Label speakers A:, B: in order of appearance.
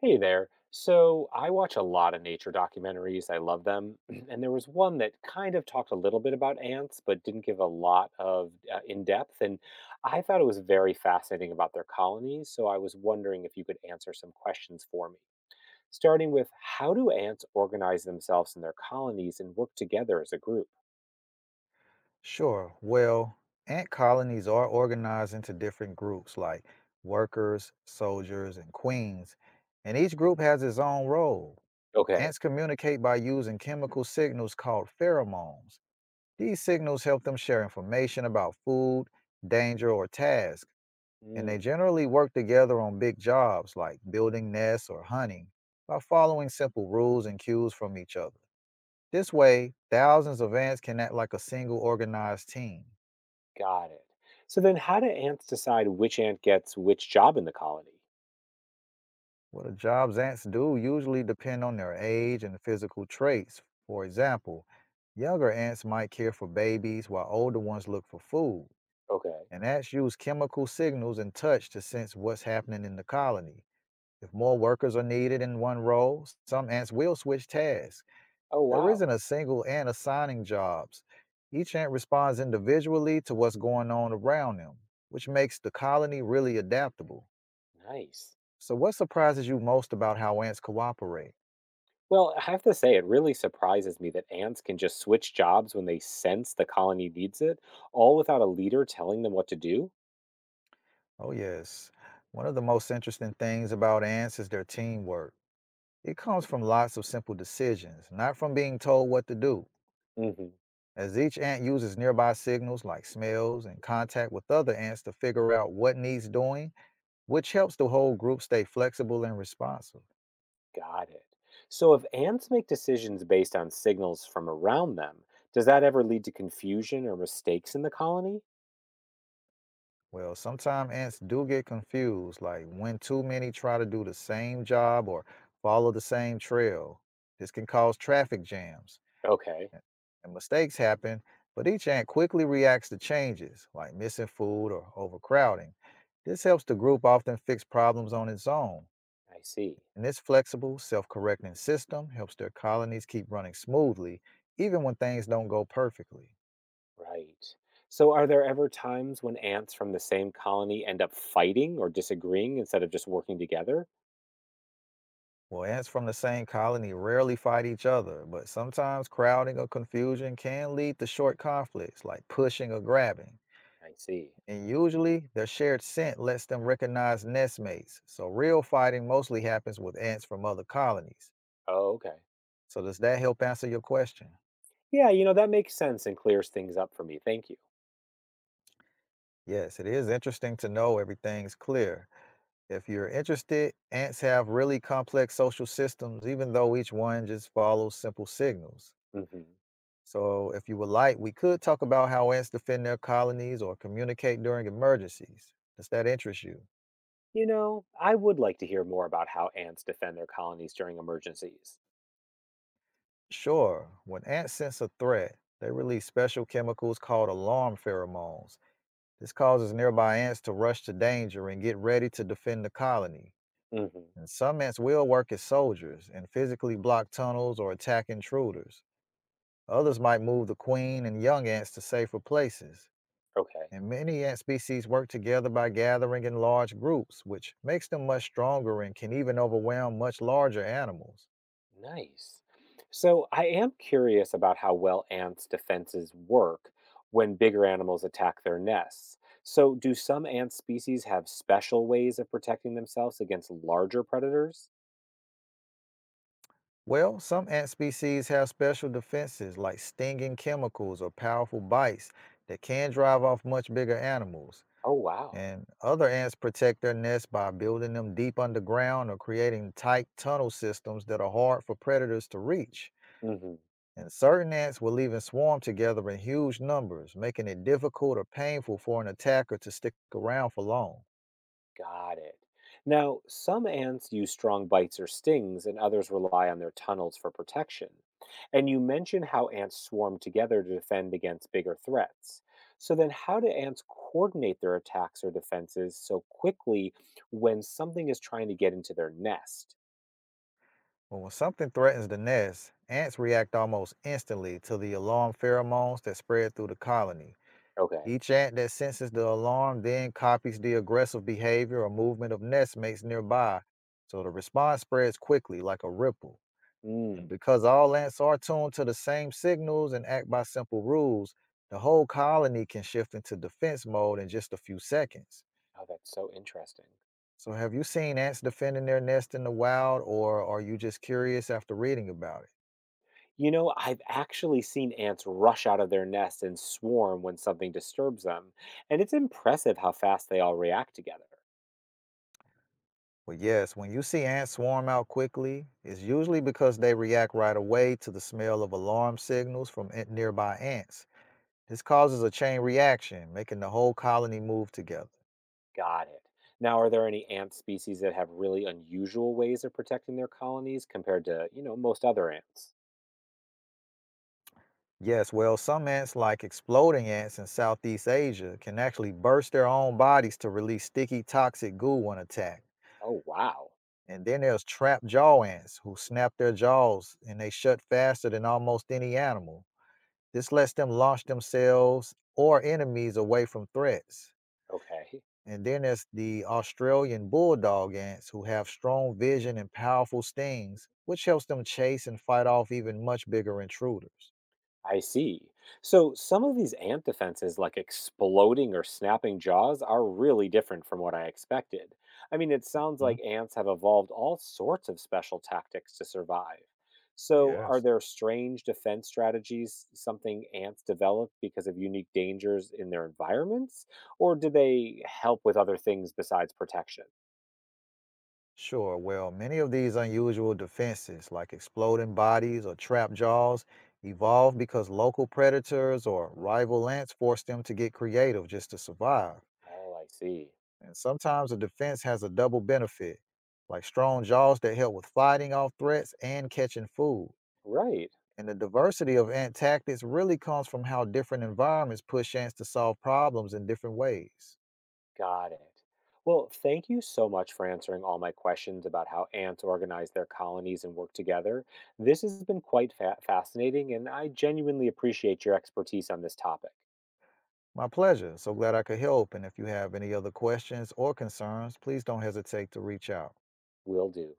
A: Hey there. So I watch a lot of nature documentaries. I love them. And there was one that kind of talked a little bit about ants, but didn't give a lot of in depth. And I thought it was very fascinating about their colonies. So I was wondering if you could answer some questions for me. Starting with, how do ants organize themselves in their colonies and work together as a group?
B: Sure. Well, ant colonies are organized into different groups like workers, soldiers, and queens, and each group has its own role.
A: Okay.
B: Ants communicate by using chemical signals called pheromones. These signals help them share information about food, danger, or task, and they
A: Hmm.
B: generally work together on big jobs like building nests or hunting by following simple rules and cues from each other. This way, thousands of ants can act like a single organized team.
A: Got it. So then how do ants decide which ant gets which job in the colony?
B: Well, the jobs ants do usually depend on their age and physical traits. For example, younger ants might care for babies while older ones look for food.
A: Okay.
B: And ants use chemical signals and touch to sense what's happening in the colony. If more workers are needed in one role, some ants will switch tasks.
A: Oh,
B: There
A: wow.
B: isn't a single ant assigning jobs. Each ant responds individually to what's going on around them, which makes the colony really adaptable.
A: Nice.
B: So, what surprises you most about how ants cooperate?
A: Well, I have to say, it really surprises me that ants can just switch jobs when they sense the colony needs it, all without a leader telling them what to do.
B: Oh, yes. One of the most interesting things about ants is their teamwork. It comes from lots of simple decisions, not from being told what to do,
A: Hmm.
B: as each ant uses nearby signals like smells and contact with other ants to figure out what needs doing, which helps the whole group stay flexible and responsive.
A: Got it. So, if ants make decisions based on signals from around them, does that ever lead to confusion or mistakes in the colony?
B: Well, sometimes ants do get confused, like when too many try to do the same job or follow the same trail. This can cause traffic jams
A: Okay.
B: and mistakes happen, but each ant quickly reacts to changes, like missing food or overcrowding. This helps the group often fix problems on its own,
A: I see.
B: and this flexible, self correcting system helps their colonies keep running smoothly, even when things don't go perfectly.
A: Right. So, are there ever times when ants from the same colony end up fighting or disagreeing instead of just working together?
B: Well, ants from the same colony rarely fight each other, but sometimes crowding or confusion can lead to short conflicts like pushing or grabbing.
A: I see.
B: And usually their shared scent lets them recognize nestmates. So real fighting mostly happens with ants from other colonies.
A: Oh, okay.
B: So does that help answer your question?
A: Yeah, that makes sense and clears things up for me. Thank you.
B: Yes, it is interesting to know everything's clear. If you're interested, ants have really complex social systems, even though each one just follows simple signals.
A: Hmm.
B: So, if you would like, we could talk about how ants defend their colonies or communicate during emergencies. Does that interest you?
A: You know, I would like to hear more about how ants defend their colonies during emergencies.
B: Sure, when ants sense a threat, they release special chemicals called alarm pheromones. This causes nearby ants to rush to danger and get ready to defend the colony.
A: Hmm.
B: And some ants will work as soldiers and physically block tunnels or attack intruders. Others might move the queen and young ants to safer places.
A: Okay.
B: And many ant species work together by gathering in large groups, which makes them much stronger and can even overwhelm much larger animals.
A: Nice. So I am curious about how well ants' defenses work when bigger animals attack their nests. So, do some ant species have special ways of protecting themselves against larger predators?
B: Well, some ant species have special defenses like stinging chemicals or powerful bites that can drive off much bigger animals.
A: Oh, wow.
B: And other ants protect their nests by building them deep underground or creating tight tunnel systems that are hard for predators to reach. And certain ants will even swarm together in huge numbers, making it difficult or painful for an attacker to stick around for long.
A: Got it. Now, some ants use strong bites or stings, and others rely on their tunnels for protection. And you mentioned how ants swarm together to defend against bigger threats. So, then how do ants coordinate their attacks or defenses so quickly when something is trying to get into their nest?
B: Well, when something threatens the nest, ants react almost instantly to the alarm pheromones that spread through the colony.
A: Okay.
B: Each ant that senses the alarm then copies the aggressive behavior or movement of nestmates nearby, so the response spreads quickly like a ripple.
A: Mm.
B: And because all ants are tuned to the same signals and act by simple rules, the whole colony can shift into defense mode in just a few seconds.
A: Oh, that's so interesting.
B: So, have you seen ants defending their nest in the wild, or are you just curious after reading about it?
A: You know, I've actually seen ants rush out of their nest and swarm when something disturbs them, and it's impressive how fast they all react together.
B: Well, yes, when you see ants swarm out quickly, it's usually because they react right away to the smell of alarm signals from nearby ants. This causes a chain reaction, making the whole colony move together.
A: Got it. Now, are there any ant species that have really unusual ways of protecting their colonies compared to, most other ants?
B: Yes, well, some ants, like exploding ants in Southeast Asia, can actually burst their own bodies to release sticky, toxic goo when attacked.
A: Oh, wow.
B: And then there's trap jaw ants who snap their jaws and they shut faster than almost any animal. This lets them launch themselves or enemies away from threats.
A: Okay.
B: And then there's the Australian bulldog ants who have strong vision and powerful stings, which helps them chase and fight off even much bigger intruders.
A: I see. So some of these ant defenses, like exploding or snapping jaws, are really different from what I expected. I mean, it sounds
B: Mhm.
A: like ants have evolved all sorts of special tactics to survive. So, are
B: Yes.
A: there strange defense strategies, something ants develop because of unique dangers in their environments? Or do they help with other things besides protection?
B: Sure. Well, many of these unusual defenses, like exploding bodies or trap jaws, evolved because local predators or rival lands forced them to get creative just to survive.
A: Oh, I see.
B: And sometimes a defense has a double benefit, like strong jaws that help with fighting off threats and catching food.
A: Right.
B: And the diversity of ant tactics really comes from how different environments push ants to solve problems in different ways.
A: Got it. Well, thank you so much for answering all my questions about how ants organize their colonies and work together. This has been quite fascinating, and I genuinely appreciate your expertise on this topic.
B: My pleasure. So glad I could help. And if you have any other questions or concerns, please don't hesitate to reach out.
A: Will do.